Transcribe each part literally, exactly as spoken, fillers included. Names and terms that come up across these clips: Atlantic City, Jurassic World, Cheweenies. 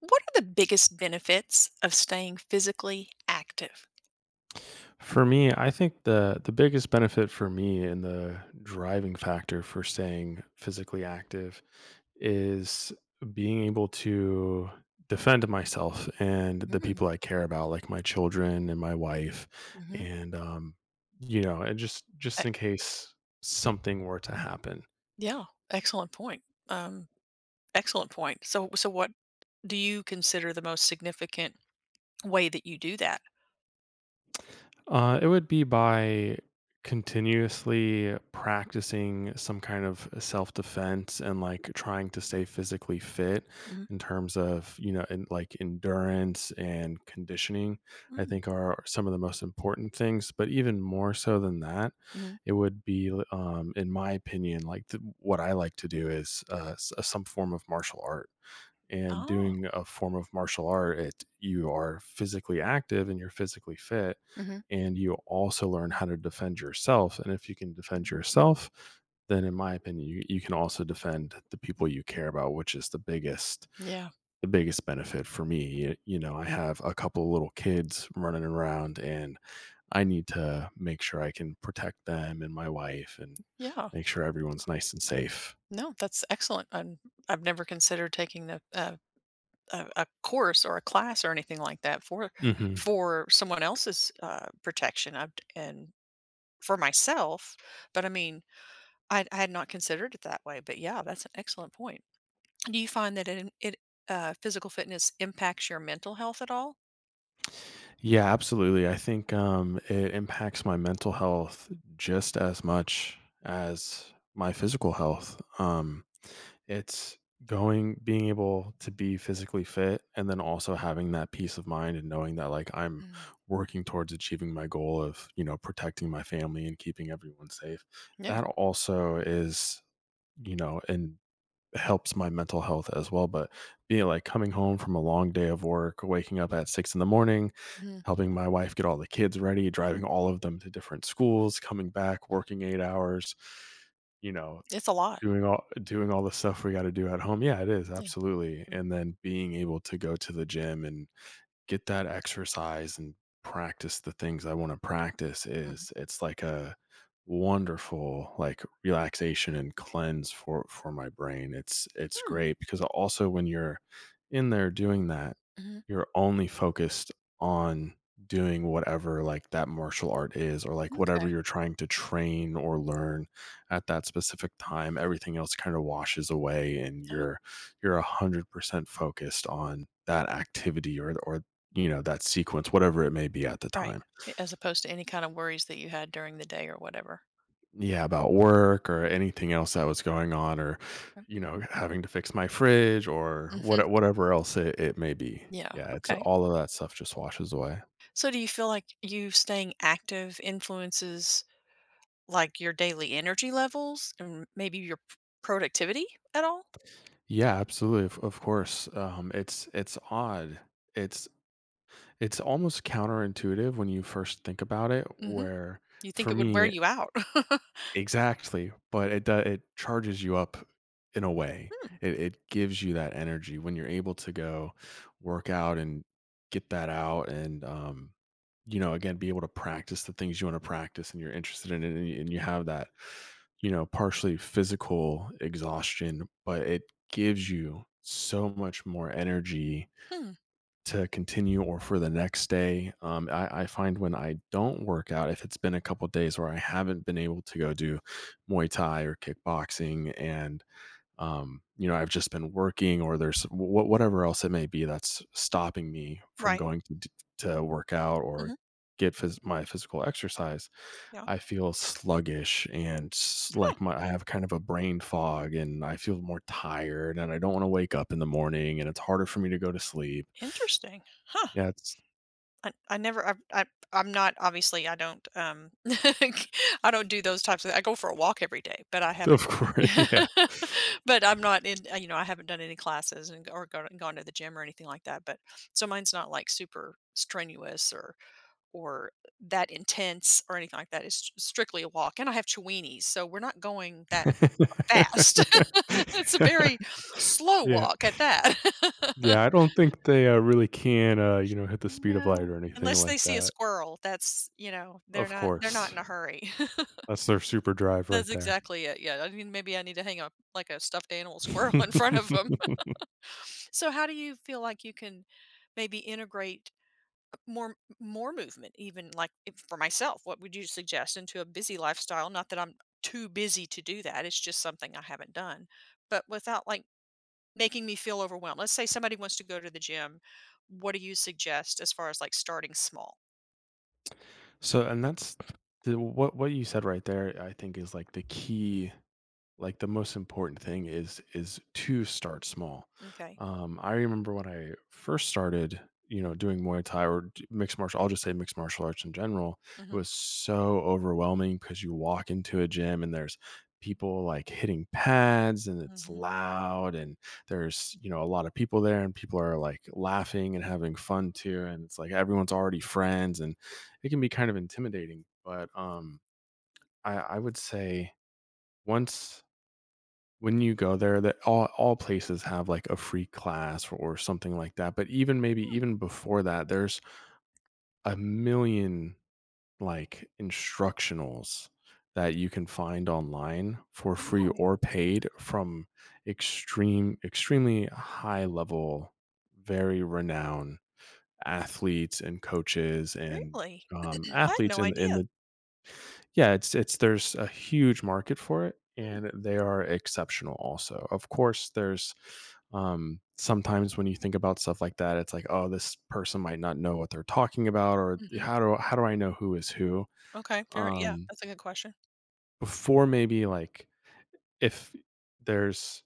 What are the biggest benefits of staying physically active? For me, I think the the biggest benefit for me and the driving factor for staying physically active is being able to defend myself and the Mm, people I care about, like my children and my wife, mhm. and um, you know, and just just Uh, in case yeah, something were to happen. yeah, excellent point. Um, Excellent point. So, so what do you consider the most significant way that you do that? Uh, it would be by continuously practicing some kind of self defense and like trying to stay physically fit Mhm, in terms of, you know, in, like endurance and conditioning, I mm, think are some of the most important things. But even more so than that, mhm, it would be, um, in my opinion, like th- what I like to do is uh, s- some form of martial art. And oh, doing a form of martial art, it you are physically active and you're physically fit, mhm, and you also learn how to defend yourself. And if you can defend mm, yourself, then in my opinion, you, you can also defend the people you care about, which is the biggest yeah, the biggest benefit for me. You, you know, I have a couple of little kids running around, and I need to make sure I can protect them and my wife, and yeah. make sure everyone's nice and safe. No, that's excellent. I'm, I've never considered taking the, uh, a, a course or a class or anything like that for Hmm. for someone else's uh, protection I've, and for myself. But I mean, I I had not considered it that way, but yeah, that's an excellent point. Do you find that it it uh, physical fitness impacts your mental health at all? Yeah, absolutely. I think um, it impacts my mental health just as much as my physical health. Um, it's going, being able to be physically fit, and then also having that peace of mind and knowing that like I'm Mm, working towards achieving my goal of, you know, protecting my family and keeping everyone safe. yeah, That also is, you know, an helps my mental health as well. But being like coming home from a long day of work, waking up at six in the morning, mhm. helping my wife get all the kids ready, driving all of them to different schools, coming back, working eight hours, you know, It's a lot. doing all doing all the stuff we got to do at home. Yeah, it is Yeah. absolutely. Mm, And then being able to go to the gym and get that exercise and practice the things I want to practice mhm. is it's like a wonderful like relaxation and cleanse for for my brain. It's it's Mm, great because also when you're in there doing that, mhm. you're only focused on doing whatever like that martial art is or like whatever Okay. you're trying to train or learn at that specific time everything else kind of washes away and Oh, you're you're one hundred percent focused on that activity or or you know, that sequence, whatever it may be at the right. time. A- As opposed to any kind of worries that you had during the day or whatever. Yeah, about work or anything else that was going on or, Yep. you know, having to fix my fridge or Mhm. what whatever else it, it may be. Yeah. Yeah, it's Okay. all of that stuff just washes away. So, do you feel like you staying active influences like your daily energy levels and maybe your p- productivity at all? Yeah, absolutely. Of, of course. Um, it's it's odd. It's it's almost counterintuitive when you first think about it, Hmm. where You think for it would wear me you out? exactly, but it do it charges you up in a way. It it gives you that energy when you're able to go work out and get that out and, um, you know, again, be able to practice the things you wanna practice and you're interested in it and you and you have that, you know, partially physical exhaustion, but it gives you so much more energy Hmm. to continue or for the next day. Um, I, I find when I don't work out, if it's been a couple days where I haven't been able to go do Muay Thai or kickboxing, and um, you know I've just been working or there's wh- whatever else it may be that's stopping me from Right. going to d- to work out or Mhm. get phys- my physical exercise, Yeah. I feel sluggish and s- Huh. like my I have kind of a brain fog and I feel more tired and I don't want to wake up in the morning and it's harder for me to go to sleep. Interesting. Huh. Yeah, it's I, I never. I, I. I'm not. Obviously, I don't. Um. I don't do those types of. I go for a walk every day, but I haven't. of course, Yeah. yeah. but I'm not in. You know, I haven't done any classes and or gone, gone to the gym or anything like that. But so mine's not like super strenuous or or that intense or anything like that. It's strictly a walk, and I have Cheweenies, so we're not going that fast. It's a very slow Yeah, walk at that. yeah, I don't think they, uh, really can, uh, you know, hit the speed of light No. or anything Unless they like see a that. squirrel, that's you know, they're Of not they're not course. in a hurry. That's their super drive right That's there. exactly it, yeah, I mean, maybe I need to hang up, like, a stuffed animal squirrel in front of them. So how do you feel like you can maybe integrate more more movement even, like, if for myself, what would you suggest into a busy lifestyle? Not that I'm too busy to do that, it's just something I haven't done, but without, like, making me feel overwhelmed. Let's say somebody wants to go to the gym, what do you suggest as far as, like, starting small? So and that's the what what you said right there, I think, is, like, the key like the most important thing is is to start small. Okay. Um, I remember when I first started, you know, doing Muay Thai or d- mixed martial. I'll just say mixed martial arts in general. It Mhm. was so overwhelming because you walk into a gym and there's people like hitting pads and it's Mhm. loud and there's you know a lot of people there and people are like laughing and having fun too and it's like everyone's already friends and it can be kind of intimidating but um I I would say once when you go there that all, all places have like a free class or, or something like that but even maybe even before that there's a million like instructionals that you can find online for free Oh, or paid from extreme extremely high level very renowned athletes and coaches and really? um, I had athletes no in in idea. the yeah, it's it's there's a huge market for it, Hmm. and they are exceptional also. Of course, there's um sometimes when you think about stuff like that, it's like, oh, this person might not know what they're talking about, or Mhm. how do how do I know who is who? Okay, fair, yeah, Um that's a good question. before maybe like if there's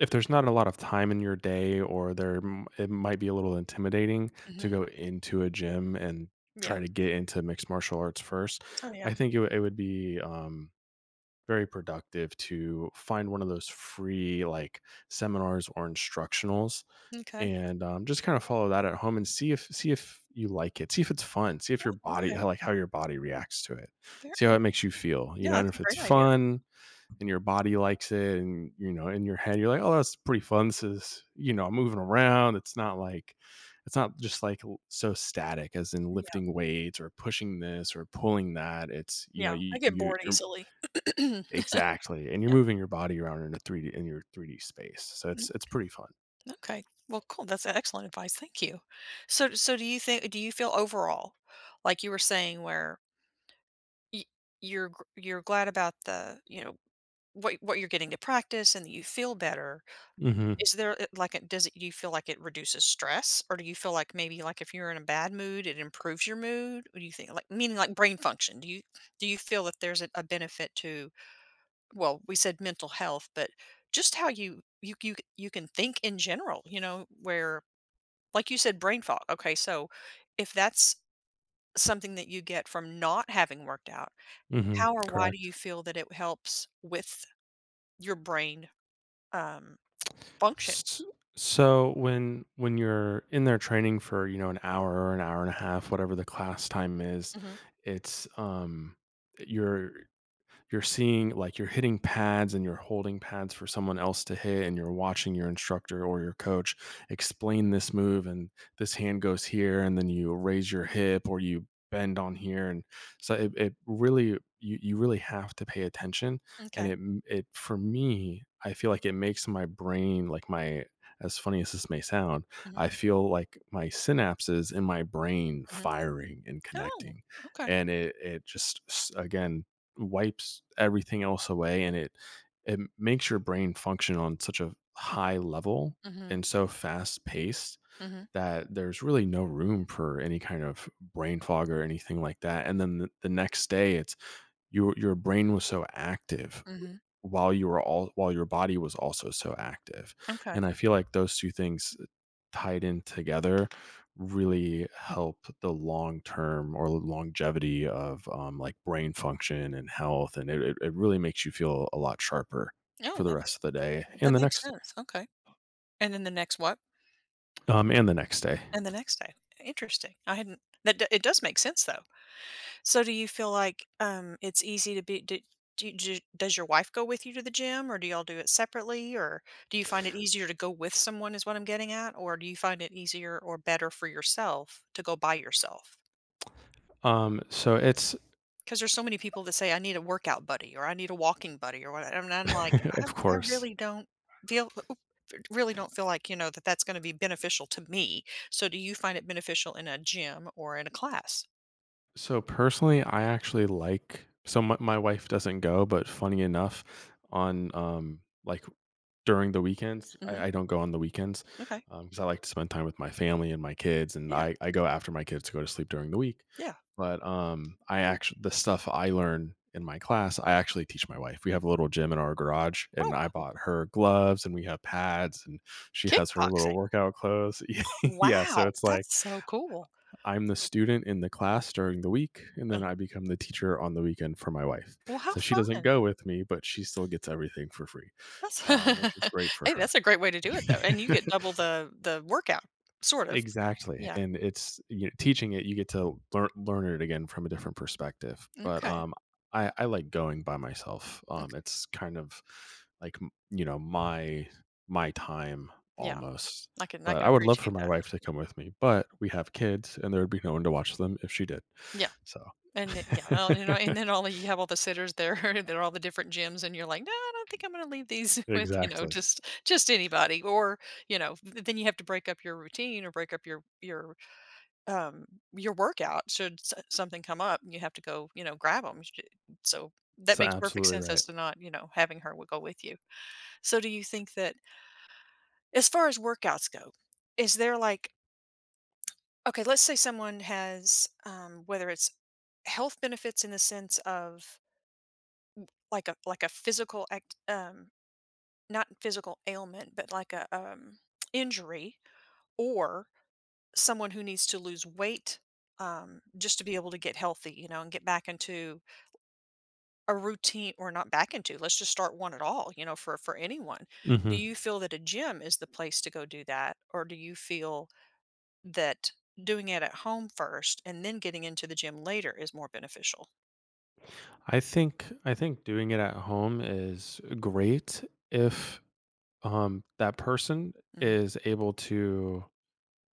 if there's not a lot of time in your day or there m- it might be a little intimidating to Mhm. go into a gym and try Yeah. to get into mixed martial arts first. Oh, yeah. I think it, would- it would be um very productive to find one of those free like seminars or instructionals Okay. and um, just kind of follow that at home and see if see if you like it see if it's fun see if your body Okay. how- like how your body reacts to it Fair, see how it makes you feel you yeah, know and that's a if it's great idea. fun and your body likes it and you know in your head you're like oh that's pretty fun this is you know I'm moving around it's not like it's not just like l- so static as in Yeah. lifting weights or pushing this or pulling that it's you know Yeah. you, I get you bored you're. easily. Exactly, and you're Yeah. moving your body around in a three D in your three D space, so Mm, it's it's pretty fun. okay. Well, cool. That's excellent advice. Thank you. So so do you think do you feel overall, like you were saying where y you're gr you're glad about the, you know, what what you're getting to practice and that you feel better. Mhm, Is there uh, like, it does it do you feel like it reduces stress, or do you feel like maybe, like, if you're in a bad mood, it improves your mood? What do you think? Like, meaning, like, brain function. Do you do you feel that there's a a benefit to well, we said mental health, but just how you you you you can think in general, you know, where like you said, brain fog. Okay, so if that's something that you get from not having worked out, mhm, how or why do correct. you feel that it helps with your brain, um, function? S so when when you're in there training for, you know, an hour or an hour and a half, whatever the class time is, Mhm. it's, um, you're you're seeing like you're hitting pads and you're holding pads for someone else to hit and you're watching your instructor or your coach explain this move and this hand goes here and then you raise your hip or you bend on here and so it, it really you, you really have to pay attention and M'kay. it it for me I feel like it makes my brain like my as funny as this may sound Mhm. I feel like my synapses in my brain Mhm. firing and Oh, connecting okay. and it it just again wipes everything else away and it it makes your brain function on such a high level Mhm, and so fast paced mhm, that there's really no room for any kind of brain fog or anything like that and then the, the next day it's your your brain was so active mhm. while you were all while your body was also so active. Okay. And I feel like those two things tied in together really help the long term or longevity of um, like brain function and health and it, it it really makes you feel a lot sharper Oh, for the that rest of the day and that the makes next sense. Okay. And then the next what? day um and the next day And the next day. Interesting. I hadn't that d- it does make sense though. So do you feel like um it's easy to be do, do, you- do, does your wife go with you to the gym or do y'all do it separately or do you find it easier to go with someone is what I'm getting at or do you find it easier or better for yourself to go by yourself? um so it's 'Cause there's so many people that say, "I need a workout buddy," or "I need a walking buddy," or what. And I'm like, "I of I course really don't feel really don't feel like, you know, that that's gonna be beneficial to me." So do you find it beneficial in a gym or in a class? so personally I actually like so my, my wife doesn't go but funny enough on um like during the weekends, Mhm, I I don't go on the weekends, okay. because I like to spend time with my family and my kids, and Yeah, I I go after my kids to go to sleep during the week, yeah. but, um, I actually the stuff I learn in my class, I actually teach my wife. We have a little gym in our garage, and Oh, I cool. bought her gloves, and we have pads, and she has her little Kickboxing. workout clothes. Yeah, so Wow, it's like, that's so cool. I'm the student in the class during the week, and Uh, then I become the teacher on the weekend for my wife. well, how So she doesn't fun. go with me, but she still gets everything for free, That's um, which is great for Hey, her. that's a great way to do it, though, and you get double the the workout, sort of. Exactly, Yeah, and it's you know, teaching it, you get to learn learn it again from a different perspective, but, okay. um, I I like going by myself, Mm, um, it's kind of like, m you know, my my time yeah, almost, I can I but can I would love for appreciate my that. wife to come with me, but we have kids, and there would be no one to watch them if she did, Yeah, so and it yeah, well, you know, and then all the, you have all the sitters there, there are all the different gyms, and you're like, "No, I don't think I'm gonna leave these with, you know, exactly. just just anybody," or, you know, th then you have to break up your routine or break up your your, um, your workout should s something come up, and you have to go, you know, grab them. So that It's makes perfect absolutely sense right. as to not, you know, having her would go with you. So do you think that as far as workouts go, is there like okay, let's say someone has, um, whether it's health benefits in the sense of like a like a physical act um not physical ailment but like a um injury or someone who needs to lose weight um just to be able to get healthy you know and get back into a routine or not back into let's just start one at all you know for for anyone, do Mhm. you feel that a gym is the place to go do that or do you feel that doing it at home first and then getting into the gym later is more beneficial? I think I think doing it at home is great if Um, that person Mm-hmm. is able to,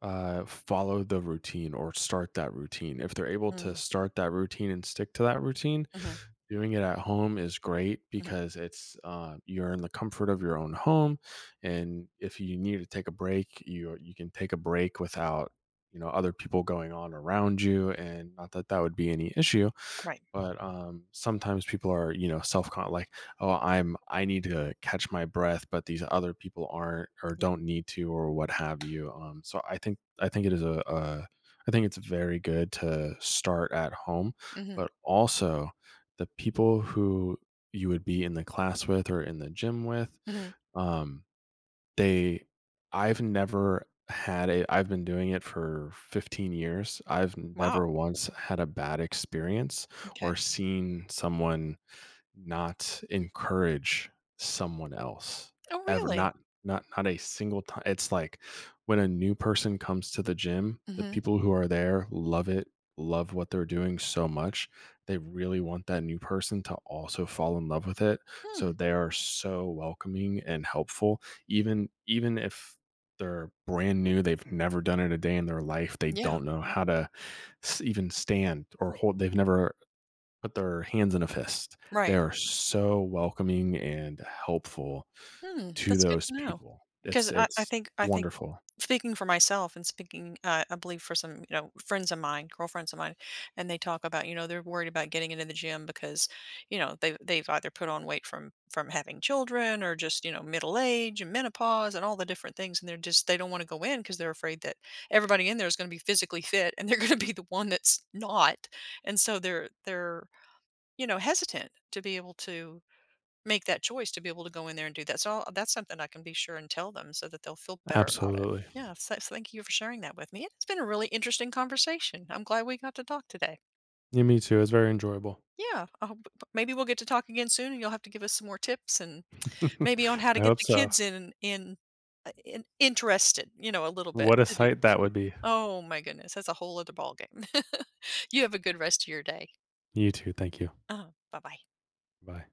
uh, follow the routine or start that routine. If they're able to start that routine and stick to that routine, Mm-hmm. doing it at home is great Hmm. because it's uh, you're in the comfort of your own home, and if you need to take a break, you you can take a break without you know other people going on around you, and not that that would be any issue. Right. But, um, sometimes people are, you know, self-con like, "Oh, I'm I need to catch my breath, but these other people aren't or Yeah. don't need to," or what have you. Um, so I think I think it is a a I think it's very good to start at home, Mm-hmm. but also the people who you would be in the class with or in the gym with, Hmm. um they I've never had a I've been doing it for fifteen years. I've Wow. never once had a bad experience or Okay. seen someone not encourage someone else Oh, ever really? not not not a single time it's like when a new person comes to the gym the Mhm. people who are there love it love what they're doing so much they really want that new person to also fall in love with it so Hmm. they are so welcoming and helpful even even if they're brand new they've never done it a day in their life they Yeah. don't know how to s- even stand or hold they've never put their hands in a fist. They Right. are so welcoming and helpful Hmm. to That's good those to know. people. It's Because I, I it's think I think wonderful. speaking for myself and speaking, uh, I believe for some you know friends of mine, girlfriends of mine, and they talk about you know they're worried about getting into the gym because you know they they've either put on weight from from having children or just you know middle age and menopause and all the different things, and they're just they don't want to go in because they're afraid that everybody in there is going to be physically fit and they're going to be the one that's not, and so they're they're you know, hesitant to be able to make that choice to be able to go in there and do that. So I'll, that's something I can be sure and tell them so that they'll feel better about it. Absolutely. Yeah. So, so thank you for sharing that with me. It's been a really interesting conversation. I'm glad we got to talk today. Yeah, me too. It's very enjoyable. Yeah. I hope- maybe we'll get to talk again soon and you'll have to give us some more tips and maybe on how to I get hope the so. kids in, in, uh, in interested, you know, a little bit What a to do sight that that too. would be. Oh my goodness. That's a whole other ball game. You have a good rest of your day. You too. Thank you. Uh, Bye bye. Bye.